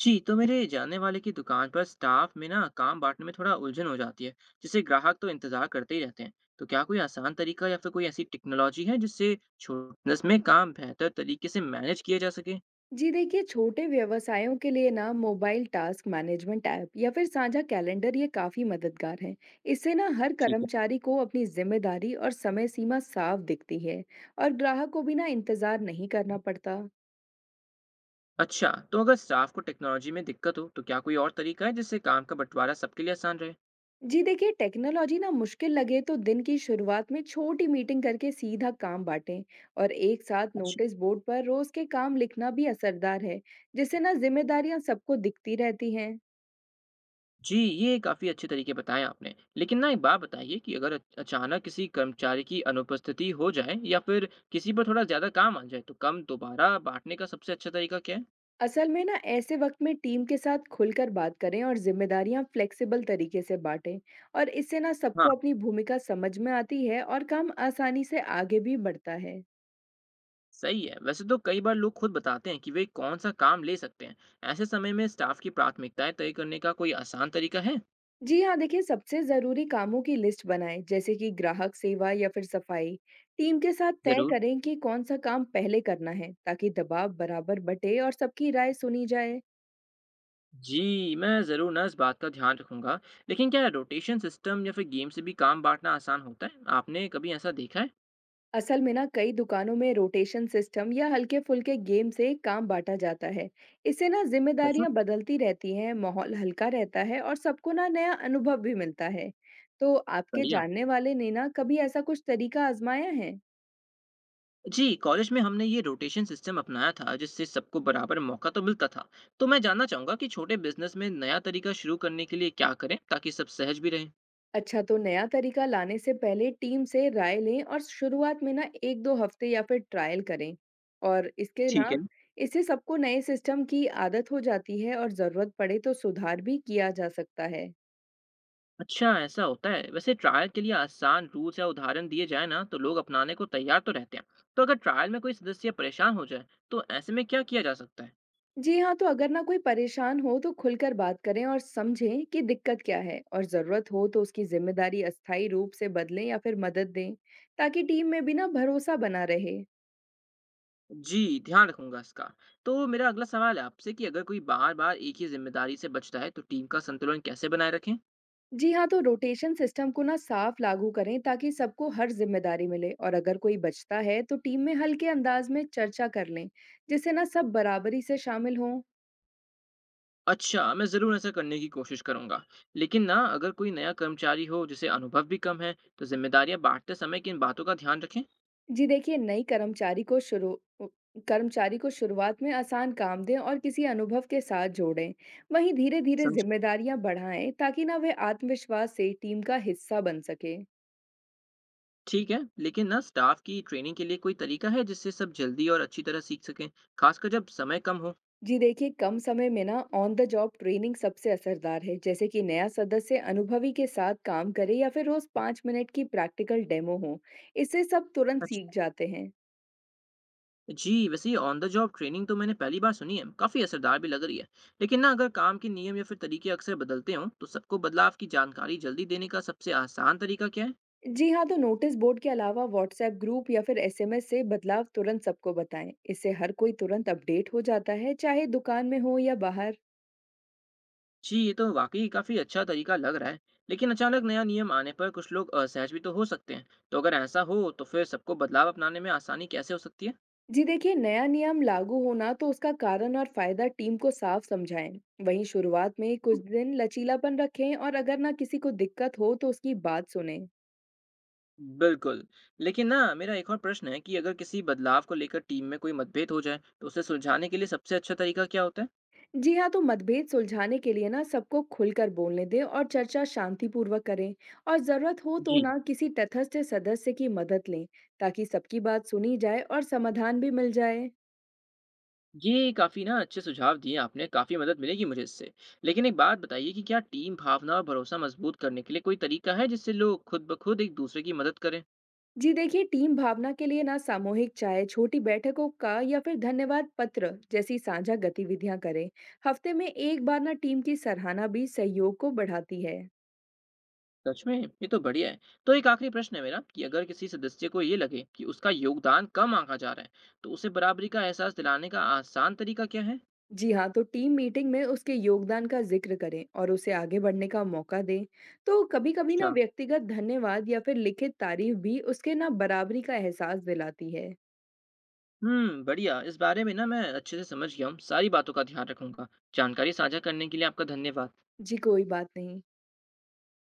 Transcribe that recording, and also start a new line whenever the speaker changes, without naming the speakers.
जी, तो मेरे जानने वाले की दुकान पर स्टाफ में ना काम बांटने में थोड़ा उलझन हो जाती है, जिससे ग्राहक तो इंतजार करते ही रहते हैं। तो क्या कोई आसान तरीका या फिर कोई ऐसी टेक्नोलॉजी है जिससे छोटे बिजनेस में काम बेहतर तरीके से मैनेज किया जा सके?
जी देखिए, छोटे व्यवसायों के लिए ना मोबाइल टास्क मैनेजमेंट ऐप या फिर साझा कैलेंडर ये काफी मददगार है। इससे ना हर
ठीक है।
कर्मचारी को अपनी जिम्मेदारी और समय सीमा साफ दिखती है। और ग्राहक को भी ना इंतजार नहीं करना पड़ता।
अच्छा, तो अगर स्टाफ को टेक्नोलॉजी में दिक्कत हो, तो क्या कोई और तरीका है जिससे काम का बंटवारा सबके लिए आसान रहे?
जी देखिए, टेक्नोलॉजी ना मुश्किल लगे तो दिन की शुरुआत में छोटी मीटिंग करके सीधा काम बांटें। और एक साथ
अच्छा।
नोटिस बोर्ड पर रोज के काम लिखना भी असरदार है। जिससे ना जिम्मेदारियां सबको दिखती रहती हैं।
जी, ये काफ़ी अच्छे तरीके बताएँ आपने। लेकिन ना एक बात बताइए कि अगर अच अचानक किसी कर्मचारी की अनुपस्थिति हो जाए या फिर किसी पर थोड़ा ज़्यादा काम आ जाए, तो काम दोबारा बाँटने का सबसे अच्छा तरीका क्या है?
असल में ना ऐसे वक्त में टीम के साथ खुलकर बात करें और जिम्मेदारियां फ्लेक्सिबल तरीके से बांटें। और इससे ना
हाँ,
सबको अपनी भूमिका समझ में आती है और काम आसानी से आगे भी बढ़ता है।
सही है। वैसे तो कई बार लोग खुद बताते हैं कि वे कौन-सा काम ले सकते हैं। ऐसे समय में स्टाफ की प्राथमिकताएँ तय करने का कोई आसान तरीका है?
जी हाँ, देखिए सबसे जरूरी कामों की लिस्ट बनाएं, जैसे कि ग्राहक सेवा या फिर सफाई। टीम के साथ तय
ज़रूर।
करें कि कौन सा काम पहले करना है ताकि दबाव बराबर बटे और सबकी राय सुनी जाए।
जी, मैं ज़रूर ना इस बात का ध्यान रखूँगा। लेकिन क्या रोटेशन सिस्टम या फिर गेम से भी काम बाँटना आसान होता है? आपने कभी ऐसा देखा है?
असल में ना कई दुकानों में रोटेशन सिस्टम या हल्के फुल्के गेम से काम बांटा जाता है। इससे ना
सच में?
जिम्मेदारियां बदलती रहती हैं, माहौल हल्का रहता है और सबको ना नया अनुभव भी मिलता है। तो आपके
बढ़िया।
जानने वाले ने ना कभी ऐसा कुछ तरीका आजमाया है?
जी, कॉलेज में हमने ये रोटेशन सिस्टम अपनाया था जिससे सबको बराबर मौका तो मिलता था। तो मैं जानना चाहूंगा कि छोटे बिजनेस में नया तरीका शुरू करने के लिए क्या करें ताकि सब सहज भी रहें।
अच्छा, तो नया तरीका लाने से पहले टीम से राय लें और शुरुआत में ना एक दो हफ्ते या फिर ट्रायल करें। और इसके ना
ठीक है।
इससे सबको नए सिस्टम की आदत हो जाती है और जरूरत पड़े तो सुधार भी किया जा सकता है।
अच्छा, ऐसा होता है। वैसे ट्रायल के लिए आसान रूल्स या उदाहरण दिए जाए ना तो लोग अपनाने को तैयार तो रहते हैं। तो अगर ट्रायल में कोई सदस्य परेशान हो जाए तो ऐसे में क्या किया जा सकता है?
जी हाँ, तो अगर ना कोई परेशान हो तो खुलकर बात करें और समझें कि दिक्कत क्या है, और ज़रूरत हो तो उसकी जिम्मेदारी अस्थायी रूप से बदलें या फिर मदद दें। ताकि टीम में भी ना भरोसा बना रहे।
जी, ध्यान रखूंगा इसका। तो मेरा अगला सवाल है आपसे कि अगर कोई बार बार एक ही जिम्मेदारी से बचता है तो टीम का संतुलन कैसे बनाए रखें?
जी हाँ, तो रोटेशन सिस्टम को ना साफ लागू करें ताकि सबको हर जिम्मेदारी मिले, और अगर कोई बचता है तो टीम में हल्के अंदाज में चर्चा कर लें। जिससे ना सब बराबरी से शामिल हों।
अच्छा, मैं ज़रूर ऐसा करने की कोशिश करूँगा। लेकिन ना अगर कोई नया कर्मचारी हो जिसे अनुभव भी कम है, तो ज़िम्मेदारियाँ बाँटते समय किन बातों का ध्यान रखें?
जी देखिए, नई कर्मचारी को शुरू उ कर्मचारी को शुरुआत में आसान काम दें और किसी अनुभव के साथ जोड़ें। वहीं धीरे-धीरे
समझ।
ज़िम्मेदारियाँ बढ़ाएँ ताकि ना वे आत्मविश्वास से टीम का हिस्सा बन सकें।
ठीक है, लेकिन ना स्टाफ की ट्रेनिंग के लिए कोई तरीका है जिससे सब जल्दी और अच्छी तरह सीख सकें, खासकर जब समय कम हो?
जी देखिए, कम समय में ना ऑन द जॉब ट्रेनिंग सबसे असरदार है, जैसे कि नया सदस्य अनुभवी के साथ काम करे या फिर रोज़ 5 मिनट की प्रैक्टिकल डेमो हो। इससे सब तुरंत सीख
अच्छा,
जाते हैं।
जी, वैसे ये ऑन द जॉब ट्रेनिंग तो मैंने पहली बार सुनी है, काफ़ी असरदार भी लग रही है। लेकिन ना अगर काम के नियम या फिर तरीके अक्सर बदलते हों, तो सबको बदलाव की जानकारी जल्दी देने का सबसे आसान तरीका क्या है?
जी हाँ, तो नोटिस बोर्ड के अलावा व्हाट्सएप ग्रुप या फिर एसएमएस से बदलाव तुरंत सबको बताएं। इससे हर कोई तुरंत अपडेट हो जाता है, चाहे दुकान में हो या बाहर।
जी, ये तो वाकई काफ़ी अच्छा तरीका लग रहा है। लेकिन अचानक नया नियम आने पर कुछ लोग असहज भी तो हो सकते हैं। तो अगर ऐसा हो तो फिर सबको बदलाव अपनाने में आसानी कैसे हो सकती है?
जी देखिए, नया नियम लागू होना तो उसका कारण और फायदा टीम को साफ समझाएं। वहीं शुरुआत में कुछ दिन लचीलापन रखें और अगर ना किसी को दिक्कत हो तो उसकी बात सुनें।
बिल्कुल। लेकिन ना मेरा एक और प्रश्न है कि अगर किसी बदलाव को लेकर टीम में कोई मतभेद हो जाए तो उसे सुलझाने के लिए सबसे अच्छा तरीका क्या होता है?
जी हाँ, तो मतभेद सुलझाने के लिए ना सबको खुलकर बोलने दें और चर्चा शांतिपूर्वक करें, और जरूरत हो तो
जी,
ना किसी तटस्थ सदस्य की मदद लें। ताकि सबकी बात सुनी जाए और समाधान भी मिल जाए।
ये काफ़ी ना अच्छे सुझाव दिए आपने, काफ़ी मदद मिलेगी मुझे इससे। लेकिन एक बात बताइए कि क्या टीम भावना और भरोसा मजबूत करने के लिए कोई तरीका है जिससे लोग खुद ब खुद एक दूसरे की मदद करें?
जी देखिए, टीम भावना के लिए ना सामूहिक चाय, छोटी बैठकों का या फिर धन्यवाद पत्र जैसी साझा गतिविधियां करें। हफ्ते में एक बार ना टीम की सराहना भी सहयोग को बढ़ाती है।
सच में ये तो बढ़िया है। तो एक आखिरी प्रश्न है मेरा कि अगर किसी सदस्य को ये लगे कि उसका योगदान कम आंका जा रहा है, तो उसे बराबरी का एहसास दिलाने का आसान तरीका क्या है?
जी हाँ, तो टीम मीटिंग में उसके योगदान का जिक्र करें और उसे आगे बढ़ने का मौका दें। तो कभी-कभी ना
अच्छा।
व्यक्तिगत धन्यवाद या फिर लिखित तारीफ भी उसके ना बराबरी का एहसास दिलाती है।
हम्म, बढ़िया। इस बारे में ना मैं अच्छे से समझ गया हूँ, सारी बातों का ध्यान रखूंगा। जानकारी साझा करने के लिए आपका धन्यवाद।
जी, कोई बात नहीं।